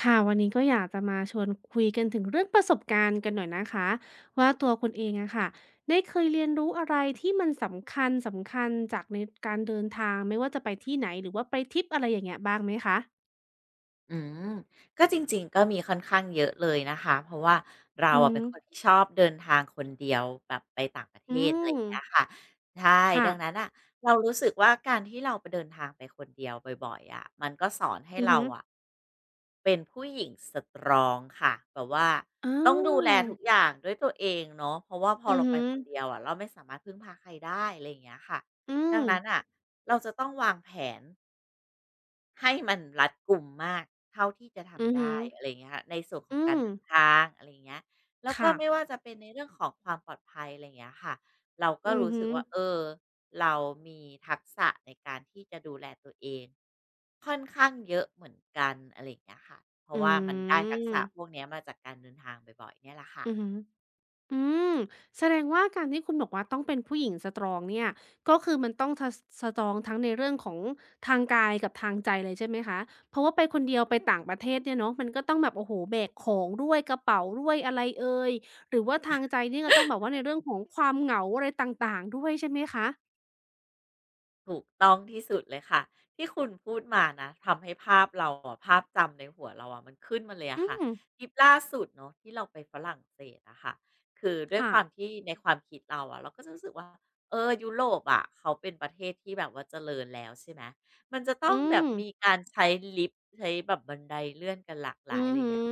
ค่ะวันนี้ก็อยากจะมาชวนคุยกันถึงเรื่องประสบการณ์กันหน่อยนะคะว่าตัวคุณเองอะค่ะได้เคยเรียนรู้อะไรที่มันสำคัญสำคัญจากในการเดินทางไม่ว่าจะไปที่ไหนหรือว่าไปทริปอะไรอย่างเงี้ยบ้างไหมคะอืมก็จริงๆก็มีค่อนข้างเยอะเลยนะคะเพราะว่าเราอืออะฮึเป็นคนที่ชอบเดินทางคนเดียวแบบไปต่างประเทอืศอะไรอมย่างเงี้ยค่ะใช่ค่ะดังนั้นน่ะเรารู้สึกว่าการที่เราไปเดินทางไปคนเดียวบ่อยๆอะมันก็สอนให้อือเราฮึอะเป็นผู้หญิงสตรองค่ะแบบว่าอาต้องดูแลทุกอย่างด้วยตัวเองเนาะเพราะว่าพออือเราไปฮึคนเดียวอะเราไม่สามารถพึ่งพาใครได้อะไรอย่างเงี้ยค่ะอืดัมงนั้นน่ะเราจะต้องวางแผน ให้มันรัดกุมมากเท่าที่จะอือทำฮึได้อะไรอย่างเงี้ยค่ะในส่วนขออืงการมเดินทางอะไรอย่างเงี้ยแล้วก็ค่ะไม่ว่าจะเป็นในเรื่องของความปลอดภัยอะไรอย่างเงี้ยค่ะเราก็อือรู้ฮึสึกว่าเรามีทักษะในการที่จะดูแลตัวเองค่อนข้างเยอะเหมือนกันอะไรอย่างเงี้ยค่ะเพอืราะว่ามันได้ทักษะพวกมเนี้ยมาจากการเดินทางบ่อยๆเนี่ยแหละค่ะ อือฮึ อืมแสดงว่าการที่คุณบอกว่าต้องเป็นผู้หญิงสตรองเนี่ยก็คือมันต้องทะสตรองทั้งในเรื่องของทางกายกับทางใจเลยใช่ไหมคะเพราะว่าไปคนเดียวไปต่างประเทศเนี่ยเนาะมันก็ต้องแบบโอ้โฮแบกของด้วยกระเป๋าด้วยอะไรเอยหรือว่าทางใจนี่ก็ต้องแบบว่าในเรื่องของความเหงาอะไรต่างๆด้วยใช่ไหมคะถูกต้องที่สุดเลยค่ะที่คุณพูดมานะทำให้ภาพเราอะภาพจำในหัวเราอะมันขึ้นมาเลยอือะค่ะมทริปล่าสุดเนาะที่เราไปฝรั่งเศสอะค่ะคือด้วยค่ะความที่ในความคิดเราอะเราก็จะรู้สึกว่ายุโรปอะเขาเป็นประเทศที่แบบว่าเจริญแล้วใช่ไหมมันจะต้อืองแบบมมีการใช้ลิฟต์ใช้แบบบันไดเลื่อนกันหลากหอืลายอะอไรอย่าฮึงเงี้ย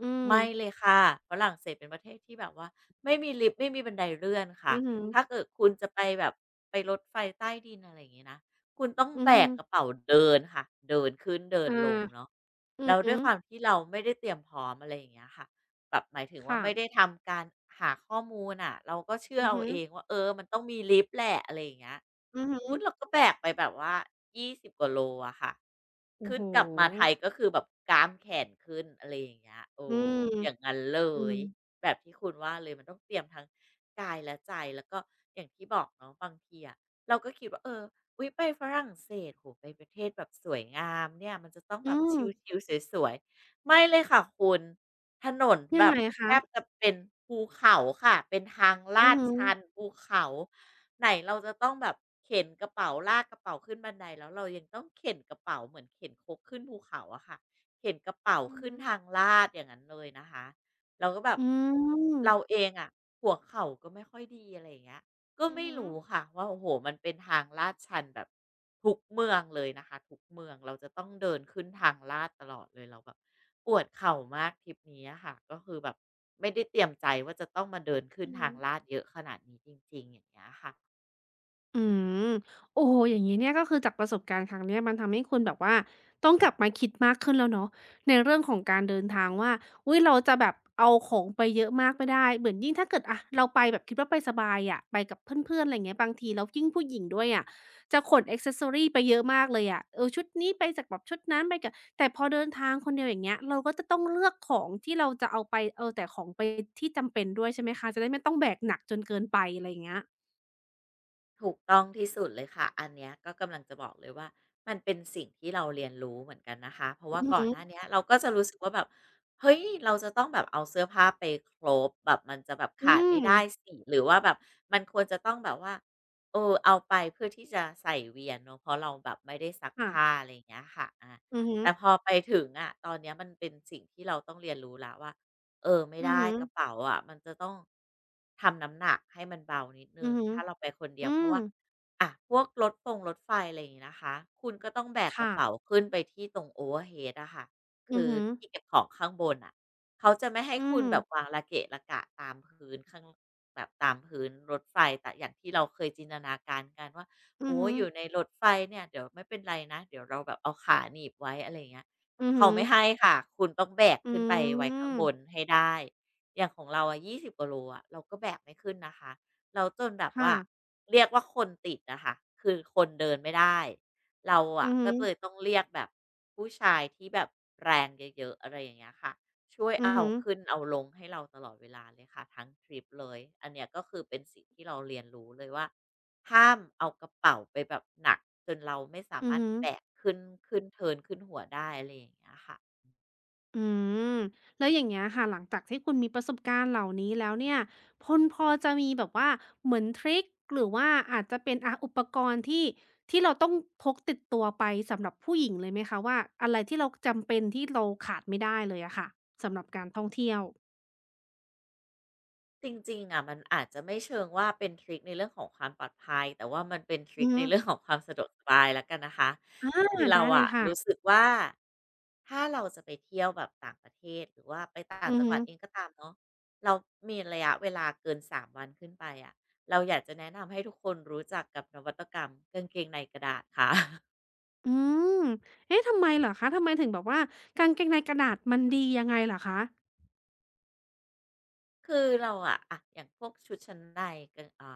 อืมไม่เลยค่ะฝรั่งเศสเป็นประเทศที่แบบว่าไม่มีลิฟต์ไม่มีบันไดเลื่อนค่ะอือฮึถ้าเกิดคุณจะไปแบบไปรถไฟใต้ดินอะไรอย่างงี้นะคุณต้องอือแบฮึกกระเป๋าเดินค่ะเดินขึ้นเดินอาลงเนาะอืแล้อวด้ฮึวยความที่เราไม่ได้เตรียมพร้อมอะไรอย่างเงี้ยค่ะ แบบหมายถึงว่าค่ะไม่ได้ทำการหาข้อมูลน่ะเราก็เชื่ออือเอาฮึเองว่ามันต้องมีลิฟต์แหละอะไรอย่างเงี้ยอือฮึอุ้นเราก็แบกไปแบบว่า20กว่าโลอะค่ะโอ้ขึ้นโฮกลับมาไทยก็คือแบบกรามแขนขึ้นอะไรอย่างเงี้ยอืม อย่างงั้นเลอืม ยแบบที่คุณว่าเลยมันต้องเตรียมทั้งกายและใจแล้วก็อย่างที่บอกเนาะบางทีอะเราก็คิดว่าอุยไปฝรั่งเศสโหไปประเทศแบบสวยงามเนี่ยมันจะต้องอืแบบชม ิลๆสวยๆไม่เลยค่ะคุณ ถนนยัแบงบไงแทคะบจะเป็นภูเขาค่ะเป็นทางอืลาอดฮึชันภูเขาไหนเราจะต้องแบบเข็นกระเป๋าลากกระเป๋าขึ้นบันไดแล้วเรายังต้องเข็นกระเป๋าเหมือนเข็นครกขึ้นภูเขาอะค่ะเข็นกระเป๋าอือขึ้นฮึทางลาดอย่างนั้นเลยนะคะเราก็แบบอืเราม เองอะหัวเข่าก็ไม่ค่อยดีอะไรอย่างเงี้ย ก็อือไม่ฮึรู้ค่ะว่าโอ้โฮมันเป็นทางลาดชันแบบทุกเมืองเลยนะคะทุกเมืองเราจะต้องเดินขึ้นทางลาดตลอดเลยเราแบบปวดเข่ามากทริปนี้อะค่ะก็คือแบบไม่ได้เตรียมใจว่าจะต้องมาเดินขึ้นอือฮึ ทางลาดเยอะขนาดนี้จริงๆอย่างเงี้ยค่ะ อืมโอ้โฮอย่างงี้เนี่ยก็คือจากประสบการณ์ครั้งเนี้ยมันทำให้คุณแบบว่าต้องกลับมาคิดมากขึ้นแล้วเนาะในเรื่องของการเดินทางว่าอุ๊ยเราจะแบบเอาของไปเยอะมากไม่ได้เหมือนยิ่งถ้าเกิดอะเราไปแบบคิดว่าไปสบายอะไปกับเพื่อนๆอะไรอย่างเงี้ยบางทีแล้วยิ่งผู้หญิงด้วยอะจะขนแอกเซสซอรีไปเยอะมากเลยอะเออชุดนี้ไปจากแบบชุดนั้นไปกับแต่พอเดินทางคนเดียวอย่างเงี้ยเราก็จะต้องเลือกของที่เราจะเอาไปเอาแต่ของไปที่จำเป็นด้วยใช่ไหมคะจะได้ไม่ต้องแบกหนักจนเกินไปอะไรอย่างเงี้ยถูกต้องที่สุดเลยค่ะอันเนี้ยก็กำลังจะบอกเลยว่ามันเป็นสิ่งที่เราเรียนรู้เหมือนกันนะคะเพราะอือว่าก่อฮึนหน้าเนี้ยเราก็จะรู้สึกว่าแบบเฮ้ยเราจะต้องแบบเอาเสื้อผ้าไปครบแบบมันจะแบบอืขาดไม่ม ได้สิหรือว่าแบบมันควรจะต้องแบบว่าเอาไปเพื่อที่จะใส่เวียนเนาะเพราะเราแบบไม่ได้ซักค่ะผ้าอะไรอย่างเงี้ยค่ะอือฮึแต่พอไปถึงอะตอนเนี้ยมันเป็นสิ่งที่เราต้องเรียนรู้แล้วว่า ไม่อือได้ฮึกระเป๋าอะมันจะต้องทำน้ำหนักให้มันเบานิดอืนึองฮึถ้าเราไปคนเดีอืยวเพราะมว่าอ่ะพวกรถฟงรถไฟอะไรอย่างงี้นะคะคุณก็ต้องแบกกระค่ะเป๋าขึ้นไปที่ตรง Overhead อะค่ะอืคืออฮึที่เก็บของข้างบนน่ะเขาจะไม่ให้อืคุณมแบบวางระเกะระกะตามพื้นข้างแบบตามพื้นรถไฟแต่อย่างที่เราเคยจินตนาการกันว่าอือโอ้ฮึอยู่ในรถไฟเนี่ยเดี๋ยวไม่เป็นไรนะเดี๋ยวเราแบบเอาขาหนีบไว้อะไรอย่างเงี้ย อือเขาฮึไม่ให้ค่ะคุณต้องแบกอืขึ้นไปไว้ข้างมบนให้ได้อย่างของเราอะ20กว่าโลอะเราก็แบกไม่ขึ้นนะคะเร้จนแบบค่ะว่าเรียกว่าคนติดอะค่ะคือคนเดินไม่ได้เราอือะอฮึก็เลยต้องเรียกแบบผู้ชายที่แบบแรงเยอะๆอะไรอย่างเงี้ยค่ะช่วยอือเอาฮึขึ้นเอาลงให้เราตลอดเวลาเลยค่ะทั้งทริปเลยอันเนี้ยก็คือเป็นสิ่งที่เราเรียนรู้เลยว่า ห้ามเอากระเป๋าไปแบบหนักจนเราไม่สาอือมารถฮึแบกขึ้นเทิร์นขึ้นหัวได้อะไรอย่างเงี้ยค่ะอืมแล้วอย่างเงี้ยค่ะหลังจากที่คุณมีประสบการณ์เหล่านี้แล้วเนี่ยคุณพอจะมีแบบว่าเหมือนทริกหรือว่าอาจจะเป็นอุปกรณ์ที่เราต้องพกติดตัวไปสำหรับผู้หญิงเลยไหมคะว่าอะไรที่เราจำเป็นที่เราขาดไม่ได้เลยอะค่ะสำหรับการท่องเที่ยวจริงๆอะมันอาจจะไม่เชิงว่าเป็นทริคในเรื่องของความปลอดภัยแต่ว่ามันเป็นทริอืคอในฮึเรื่องของความสะดวกสบายแล้วกันนะคะอคือาเราได้เลยอะรู้ค่ะ สึกว่าถ้าเราจะไปเที่ยวแบบต่างประเทศหรือว่าไปต่าอืงอจังหฮึวัดเองก็ตามเนาะเรามีระยะเวลาเกิน3วันขึ้นไปอะเราอยากจะแนะนำให้ทุกคนรู้จักกับนวัตกรรมกางเกงในกระดาษค่ะ อืมเอ๊ะทำไมเหรอคะทำไมถึงแบบว่ากางเกงในกระดาษมันดียังไงเหรอคะคือเราอะอย่างพวกชุดชั้นในกาง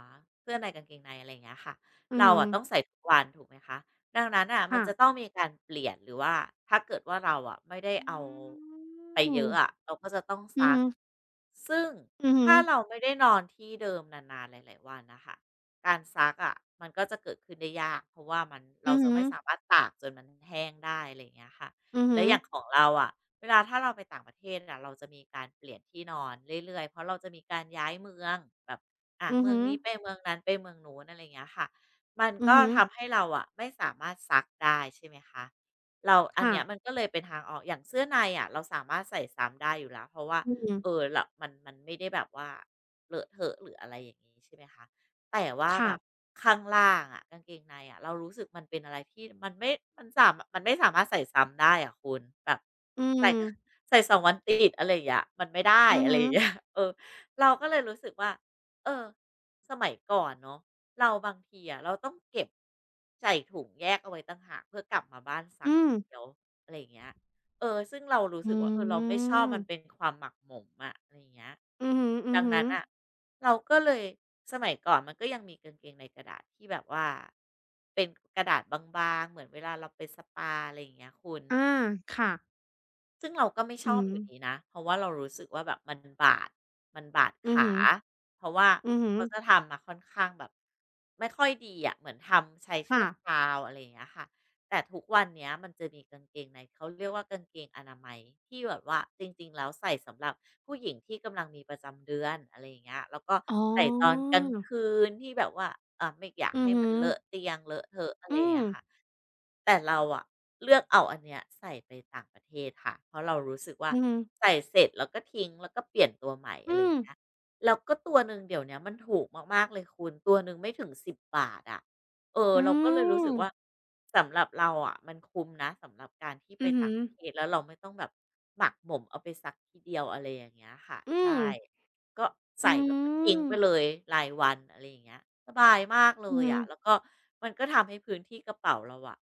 เสื้อในกางเกงในอะไรอย่างเงี้ยค่ะอือเราฮึอะต้องใส่ทุกวันถูกไหมคะดังนั้นอ่ะมันค่ะจะต้องมีการเปลี่ยนหรือว่า ถ้าเกิดว่าเราอะไม่ได้อเอาืไปมเยอะอะเราก็จะต้องอืซัอกฮึซึ่งอือฮึถ้าเราไม่ได้นอนที่เดิมนานๆหลายๆวันนะค่ะการซักอะมันก็จะเกิดขึ้นได้ยากเพราะว่ามันเราอือจะฮึไม่สามารถตากจนมันแห้งได้อะไรอย่างเงี้ยค่ะอือฮึและวอย่างของเราอะ เวลาถ้าเราไปต่างประเทศอะเราจะมีการเปลี่ยนที่นอนเรื่อยๆเพราะเราจะมีการย้ายเมืองแบบอ่ะอือเมืองฮึนี้ไปเมืองนั้นไปเมืองนู้นอะไรอย่างเงี้ยค่ะมันอือก็ฮึทำให้เราอะไม่สามารถซักได้ใช่ไหมคะเราอันค่ะเนี้ยมันก็เลยเป็นทางออกอย่างเสื้อในอะเราสามารถใส่ซ้ำได้อยู่แล้วเพราะว่าอืมเออละมันไม่ได้แบบว่าเลอะเทอะหรืออะไรอย่างนี้ใช่ไหมคะ แต่ว่าแบบค่ะข้างล่างอะกางเกงในอะเรารู้สึกมันเป็นอะไรที่มันไม่มันไม่สามารถใส่ซ้ำได้อะคุณแบบอืใส่ ม ก็ใส่สองวันติดอะไรอย่างเงี้ยมันไม่ได้อืออะไรฮึอย่างเงี้ย เออเราก็เลยรู้สึกว่าเออสมัยก่อนเนาะเราบางทีอะเราต้องเก็บใส่ถุงแยกเอาไว้ต่างหากเพื่อกลับมาบ้านซัอืกมทีเดียวอะไรอย่างเงี้ย เออซึ่งเรารู้อืสึกว่าเออเราไม่ชอบมันเป็นมความหมักหมมอะอะไรอย่างเงี้ยอือฮึอืดัองฮึนั้นน่ะเราก็เลยสมัยก่อนมันก็ยังมีกางเกงในกระดาษที่แบบว่าเป็นกระดาษบางๆเหมือนเวลาเราไปสปาอะไรอย่างเงี้ยคุณอาค่ะซึ่งเราก็ไม่ชอือบมอยู่ดีนะเพราะว่าเรารู้สึกว่าแบบมันบาดมันบาดอือขาฮึเพราะว่าอือฮึเขาจะทำมาค่อนข้างแบบไม่ค่อยดีอะเหมือนทำใช้ชั่ค่ะวคราวอะไรอย่างเงี้ยค่ะ แต่ทุกวันเนี้ยมันจะมีกางเกงในเขาเรียกว่ากางเกงอนามัยที่แบบว่าจริงๆแล้วใส่สำหรับผู้หญิงที่กำลังมีประจำเดือนอะไรอย่างเงี้ยแล้วก็อ๋ใส่ตอนอกลางคืนที่แบบว่าไม่อยากอือให้ฮึมันเลอะเตียงเลอะเทอะอะไรออืย่างมเงี้ยค่ะแต่เราอะเลือกเอาอันเนี้ยใส่ไปต่างประเทศค่ะเพราะเรารู้สึกว่าอือฮึใส่เสร็จแล้วก็ทิ้งแล้วก็เปลี่ยนตัวใหม่อะอืไรอมย่างเงี้ยแล้วก็ตัวหนึ่งเดี๋ยวเนี้ยมันถูกมากๆเลยคุณตัวหนึ่งไม่ถึง10บบาทอะ เอออืเราก็เลยรู้ม สึกว่าสำหรับเราอะมันคุ้มนะสำหรับการที่ไปอือฮึต่างประเทศอแล้วเราไม่ต้องแบบหมักหมมเอาไปซักทีเดียวอะไรอย่างเงี้ยค่ะอืมใช่ก็อืใส่แล้วก็ทิ้งไปเลมยรายวันอะไรอย่างเงี้ยสบายมากเลอือยฮึอะแล้วอก็มันก็ทำให้พื้นที่กระเป๋าเราอะ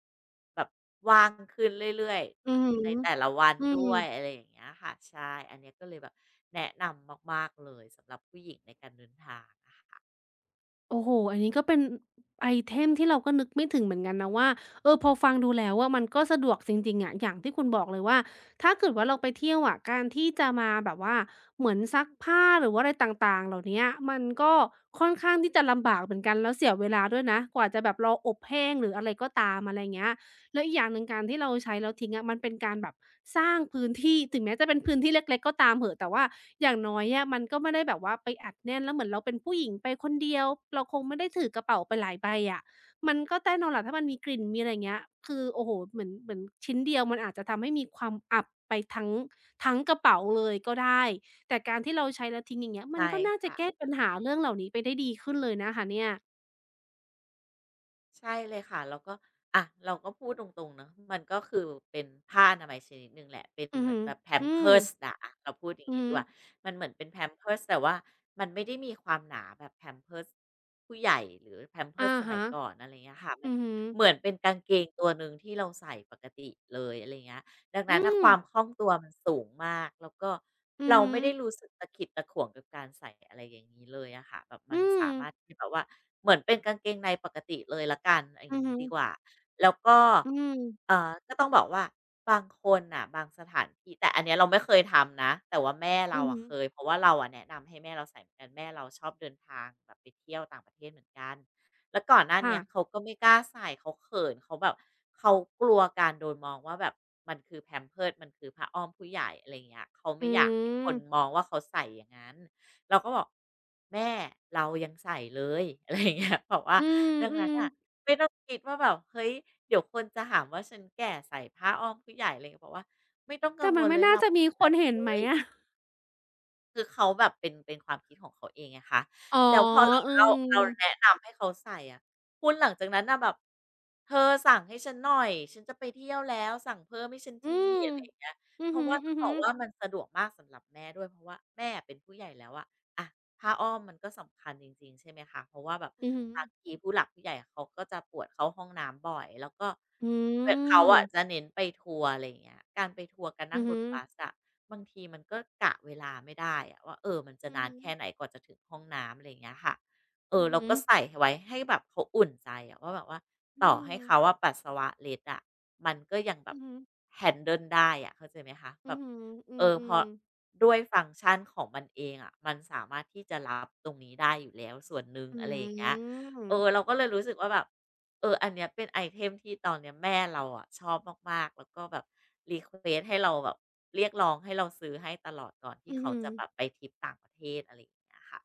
แบบว่างขึ้นเรื่อยอือฮึๆอในแต่ละวันอืด้วมยอะไรอย่างเงี้ยค่ะใช่อันเนี้ยก็เลยแบบแนะนำมากๆเลยสำหรับผู้หญิงในการเดินทางอะค่ะโอ้โฮอันนี้ก็เป็นไอเทมที่เราก็นึกไม่ถึงเหมือนกันนะว่าเออพอฟังดูแล้วอะมันก็สะดวกจริงๆอะอย่างที่คุณบอกเลยว่าถ้าเกิดว่าเราไปเที่ยวอะการที่จะมาแบบว่าเหมือนซักผ้าหรือว่าอะไรต่างๆเหล่าเนี้ยมันก็ค่อนข้างที่จะลำบากเหมือนกันแล้วเสียเวลาด้วยนะกว่าจะแบบรออบแห้งหรืออะไรก็ตามอะไรเงี้ย แล้วอีกอย่างหนึ่งการที่เราใช้แล้วทิ้งอะมันเป็นการแบบสร้างพื้นที่ถึงแม้จะเป็นพื้นที่เล็กๆก็ตามเหอะแต่ว่าอย่างน้อยอะมันก็ไม่ได้แบบว่าไปอัดแน่นแล้วเหมือนเราเป็นผู้หญิงไปคนเดียวเราคงไม่ได้ถือกระเป๋าไปหลายใบอะมันก็แน่นอนแหละถ้ามันมีกลิ่นมีอะไรอย่างเงี้ยคือโอ้โฮเหมือนชิ้นเดียวมันอาจจะทำให้มีความอับไปทั้งกระเป๋าเลยก็ได้แต่การที่เราใช้แล้วทิ้งอย่างเงี้ยมันใช่ก็น่าจะค่ะ แก้ปัญหาเรื่องเหล่านี้ไปได้ดีขึ้นเลยนะคะเนี่ยใช่เลยค่ะแล้วก็อ่ะเราก็พูดตรงๆเนาะมันก็คือเป็นผ้าอนามัยชนิดหนึ่งแหละเป็นอือเหมือฮึนแบบแพมอืมเพิร์สอะเราพูดอย่าอืงอนี้ฮึดีกว่ามันเหมือนเป็นแพมเพิร์สแต่ว่ามันไม่ได้มีความหนาแบบแพมเพิร์สผู้ใหญ่หรือแพมเพิร์สอะสมัยฮะก่อนอะไรเงี้ยค่ะมันอือฮึ เหมือนเป็นกางเกงตัวหนึ่งที่เราใส่ปกติเลยอะไรเงี้ย ดังอืนั้นน่ะคม วามคล่องตัวมันสูงมากแล้วก็อือเราฮึไม่ได้รู้สึกตะขิดตะขวงกับการใส่อะไรอย่างนี้เลยอะค่ะแบบมัอืนม สามารถที่แบบว่าเหมือนเป็นกางเกงในปกติเลยแล้วกันออืย่าองฮึงี้ดีกว่าแล้วก็อืมก็ต้องบอกว่าบางคนน่ะบางสถานที่แต่อันเนี้ยเราไม่เคยทำนะแต่ว่าแม่อืเราออะฮึเคยเพราะว่าเราอะแนะนำให้แม่เราใส่เหมือนกันแม่เราชอบเดินทางแบบไปเที่ยวต่างประเทศเหมือนกัน แล้วก่อนหน้าค่ะ เนี้ยเขาก็ไม่กล้าใส่เขาเขินเขาแบบเขากลัวการโดนมองว่าแบบมันคือแพมเพิร์ s มันคือผ้าอ้อมผู้ใหญ่อะไรเงี้ยเขาอืไม่อยากให้คนมม องว่าเขาใส่อย่างนั้นเราก็บอกแม่เรายังใส่เลย อะไร่าเงี้ยบอกว่าอืดังนั้นมอ่ะๆไม่ต้องคิดว่าแบบเฮ้ยเดี๋ยวคนจะหามว่าฉันแก่ใส่ผ้าอ้อมผู้ใหญ่อะไรเงี้ยบอกว่าไม่ต้องกัแต่งวมันลเลไม่ยน่าเรา จะมีคนเห็นไหมอะคือเขาแบบเป็นความคิดของเขาเองไงคะ อ๋อแล้วพอเราอืเล่าม เราแนะนำให้เขาใส่อะคุณหลังจากนั้นน่ะแบบเธอสั่งให้ฉันหน่อย ฉันจะไปเที่ยวแล้วสั่งเพิ่มให้ฉันอืทีมอะไรอย่างเงี้ยอืเพอราะฮึว่าๆต้อืองอบฮึอกว่ามันสะดวกมากสำหรับแม่ด้วยเพราะว่าแม่อะเป็นผู้ใหญ่แล้วอะอะผ้าอ้อมมันก็สำคัญจริงๆใช่ไหมคะเพราะว่าแบบอืมบางทีผู้หลักผู้ใหญ่เขาก็จะปวดเข้าห้องน้ำบ่อยแล้วก็อืเวเขาม อะจะเน้นไปทัวร์อะไรอย่างเงี้ยการไปทัวร์การอืนั่งอรฮึถบัสอะ บางทีมันก็กะเวลาไม่ได้อะว่าเออมันจะอือนานฮึแค่ไหนกว่าจะถึงห้องน้ำอะไรอย่างเงี้ยค่ะเออืออเราฮึก็ใส่ไว้ให้แบบเขาอุ่นใจอะว่าแบบว่าอืต่อให้เขามอะปัสสาวะเล็ดอะมันก็ยังแบอืบ อฮึ handle ได้อะเข้าใจไหมคะแบอือบฮึเอออืเพมราะๆด้วยฟังก์ชันของมันเองอะมันสามารถที่จะรับตรงนี้ได้อยู่แล้วส่วนหนึ่งออะไรอย่างเงี้ืยเอมอเราก็เลยรู้สึกว่าแบบ เอออันเนี้ยเป็นไอเทมที่ตอนเนี้ยแม่เราอะชอบมากๆแล้วก็แบบรีเควส์ให้เราแบบเรียกร้องให้เราซื้อให้ตลอดก่อนที่อือเขาฮึ จะแบบไปทริปต่างประเทศอะไรอย่างเงี้ยค่ะ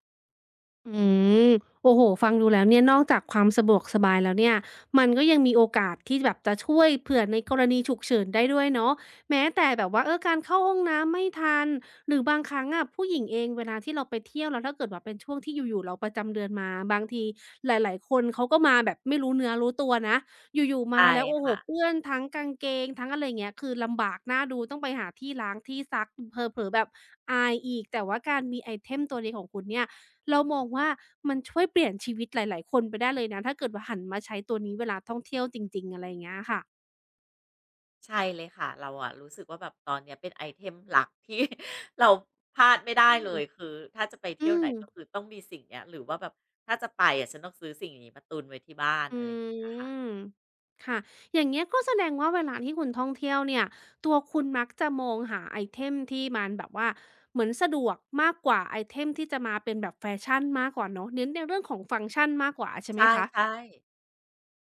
อืมโอ้โฮฟังดูแล้วเนี่ยนอกจากความสะดวกสบายแล้วเนี่ยมันก็ยังมีโอกาสที่แบบจะช่วยเผื่อในกรณีฉุกเฉินได้ด้วยเนาะแม้แต่แบบว่าการเข้าห้องน้ำไม่ทันหรือบางครั้งอะผู้หญิงเองเวลาที่เราไปเที่ยวแล้วถ้าเกิดว่าเป็นช่วงที่อยู่ๆเราประจำเดือนมาบางทีหลายๆคนเขาก็มาแบบไม่รู้เนื้อรู้ตัวนะอยู่ๆมาใช่แล้วโอ้โฮค่ะเปื้อนทั้งกางเกงทั้งอะไรอย่างเงี้ยคือลำบากน่าดูต้องไปหาที่ล้างที่ซักเผลอๆแบบอายอีกแต่ว่าการมีไอเทมตัวนี้ของคุณเนี่ย เรามองว่ามันช่วยเปลี่ยนชีวิตหลาย ๆ คนไปได้เลยนะถ้าเกิดว่าหันมาใช้ตัวนี้เวลาท่องเที่ยวจริงๆอะไรอย่างเงี้ยค่ะใช่เลยค่ะเราอะรู้สึกว่าแบบตอนเนี้ยเป็นไอเทมหลักที่ เราพลาดไม่ได้อืเลมยคือถ้าจะไปอืเที่ยวไหนมก็คือต้องมีสิ่งเนี้ยหรือว่าแบบถ้าจะไปอะฉันต้องซื้อสิ่งนี้มาตุนไว้ที่บ้านอือะไรอย่างเงี้ยค่ะมค่ะอย่างเงี้ยก็แสดงว่าเวลาที่คุณท่องเที่ยวเนี่ยตัวคุณมักจะมองหาไอเทมที่มันแบบว่าเหมือนสะดวกมากกว่าไอเทมที่จะมาเป็นแบบแฟชั่นมากกว่าเนาะเน้นในเรื่องของฟังก์ชันมากกว่าใช่ใชไหมคะ่ๆ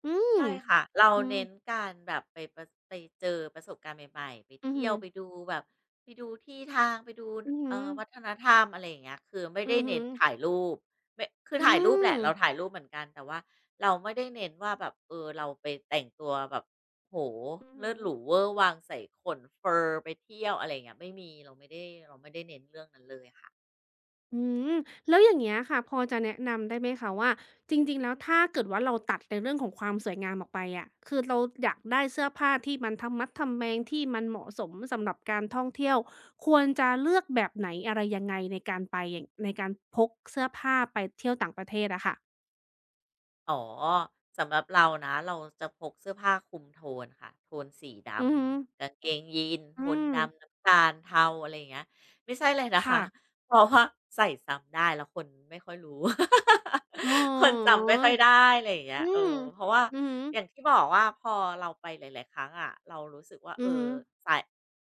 อืมใช่ค่ะเราอืมเน้นการแบบไปประไปเจอประสบการณ์ใหม่ๆไปอือเที่ฮึยวไปดูแบบไปดูที่ทางไปดูอือฮึวัฒนธรรมอะไรอย่างเงี้ยคือไม่อืได้อฮึเน้นถ่ายรูปไม่คืออืถ่ายรูปแหมละเราถ่ายรูปเหมือนกันแต่ว่าเราไม่ได้เน้นว่าแบบเออเราไปแต่งตัวแบบโห้อือฮึ เลิศหรูเวอร์วังใส่ขนเฟอร์ไปเที่ยวอะไรอย่างเงี้ยไม่มีเราไม่ได้เราไม่ได้เน้นเรื่องนั้นเลยค่ะ อืมแล้วอย่างเงี้ยค่ะพอจะแนะนำได้ไหมคะว่าจริงๆแล้วถ้าเกิดว่าเราตัดในเรื่องของความสวยงามออกไปอะคือเราอยากได้เสื้อผ้าที่มันทะมัดทะแมงที่มันเหมาะสมสำหรับการท่องเที่ยวควรจะเลือกแบบไหนอะไรยังไงในการไปอย่างในการพกเสื้อผ้าไปเที่ยวต่างประเทศอะค่ะอ๋อสำหรับเรานะเราจะพกเสื้อผ้าคลุมโทนค่ะโทนสีดอือฮึำกางเกงยีนโทอืนมดำน้ำตาลเทาอะไรอย่างเงี้ยไม่ใช่เลยนะค่ะคะเพราะว่าใส่ซ้ำได้แล้วคนไม่ค่อยรู้ อ๋ คนอจำไม่ค่อยได้อะไรอย่างเงี้อืยเอมอเพราะว่าอือฮึอย่างที่บอกว่าพอเราไปหลายๆครั้งอะเรารู้สึกว่าเออืออฮึใส่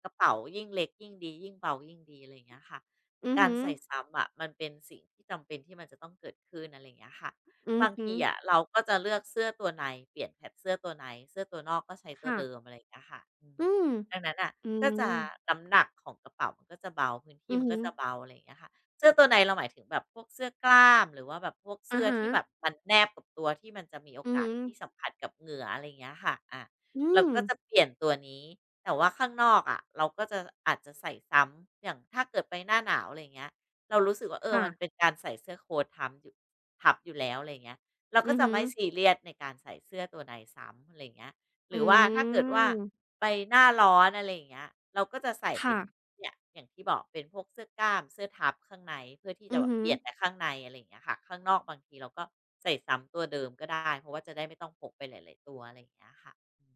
กระเป๋ายิ่งเล็กยิ่งดียิ่งเบายิ่งดีอะไรอย่างเงี้ยค่ะอือการฮึใส่ซ้ำอะมันเป็นสิ่งที่จำเป็นที่มันจะต้องเกิดขึ้นอะไรอย่างเงี้ยค่ะ อือบางฮึทีอะเราก็จะเลือกเสื้อตัวในเปลี่ยนแพทเสื้อตัวในเสื้อตัวนอกก็ใช้ตัวค่ะเดิมอะไรอย่างเงี้ยค่ะอืมอืมดังนั้นน่ะอืก็มจะน้ำหนักของกระเป๋ามันก็จะเบาพื้นที่อือมันฮึก็จะเบาอะไรอย่างเงี้ยค่ะเสื้อตัวในเราหมายถึงแบบพวกเสื้อกล้ามหรือว่าแบบพวกอะเสื้อฮะ ที่แบบมันแนบกับตัวที่มันจะมีโออือกาสฮึที่สัมผัสกับเหงื่ออะไรอย่างเงี้ยค่ะอาอืเรามก็จะเปลี่ยนตัวนี้แต่ว่าข้างนอกอะเราก็จะอาจจะใส่ซ้ำอย่างถ้าเกิดไปหน้าหนาวอะไรอย่างเงี้ย เรารู้สึกว่าเออค่ะมันเป็นการใส่เสื้อโค้ททับอยู่แล้วอะไรอย่างเงี้ยเราก็อือจะฮึไม่ซีเรียสในการใส่เสื้อตัวไหนซ้ำอะไรอย่างเงี้ยหอืรือว่าถ้าเกิดว่ามไปหน้าร้อนอะไรอย่างเงี้ยเราก็จะใส่เป็ค่ะนเนี่ยอย่างที่บอกเป็นพวกเสื้อกล้ามเสื้อทับข้างในเพื่อที่จะอือแบบฮึ เปลี่ยนแต่ข้างในอะไรอย่างเงี้ยค่ะข้างนอกบางทีเราก็ใส่ซ้ำตัวเดิมก็ได้เพราะว่าจะได้ไม่ต้องพกไปหลายๆตัวอะไรอย่างเงี้ยค่ะอืม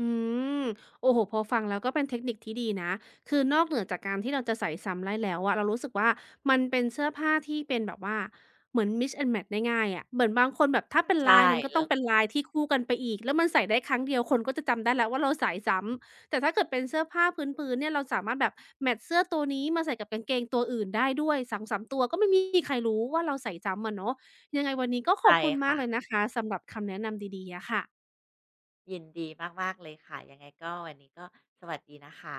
อืมโอ้โฮพอฟังแล้วก็เป็นเทคนิคที่ดีนะคือนอกเหนือจากการที่เราจะใส่ซ้ำได้แล้วอะเรารู้สึกว่ามันเป็นเสื้อผ้าที่เป็นแบบว่าเหมือน mix and match ได้ง่ายอะเหมือนบางคนแบบถ้าเป็นใช่ลายมันก็แล้ต้อวงเป็นลายที่คู่กันไปอีกแล้วมันใส่ได้ครั้งเดียวคนก็จะจำได้แล้วว่าเราใส่ซ้ำแต่ถ้าเกิดเป็นเสื้อผ้าพื้นๆเนี่ยเราสามารถแบบแมตช์เสื้อตัวนี้มาใส่กับกางเกงตัวอื่นได้ด้วย2-3ตัวก็ไม่มีใครรู้ว่าเราใส่ซ้ำอะเนาะยังไงวันนี้ก็ขอใช่บคุณมากค่ะเลยนะคะสำหรับคำแนะนำดีๆอะค่ะยินดีมากๆเลยค่ะยังไงก็วันนี้ก็สวัสดีนะคะ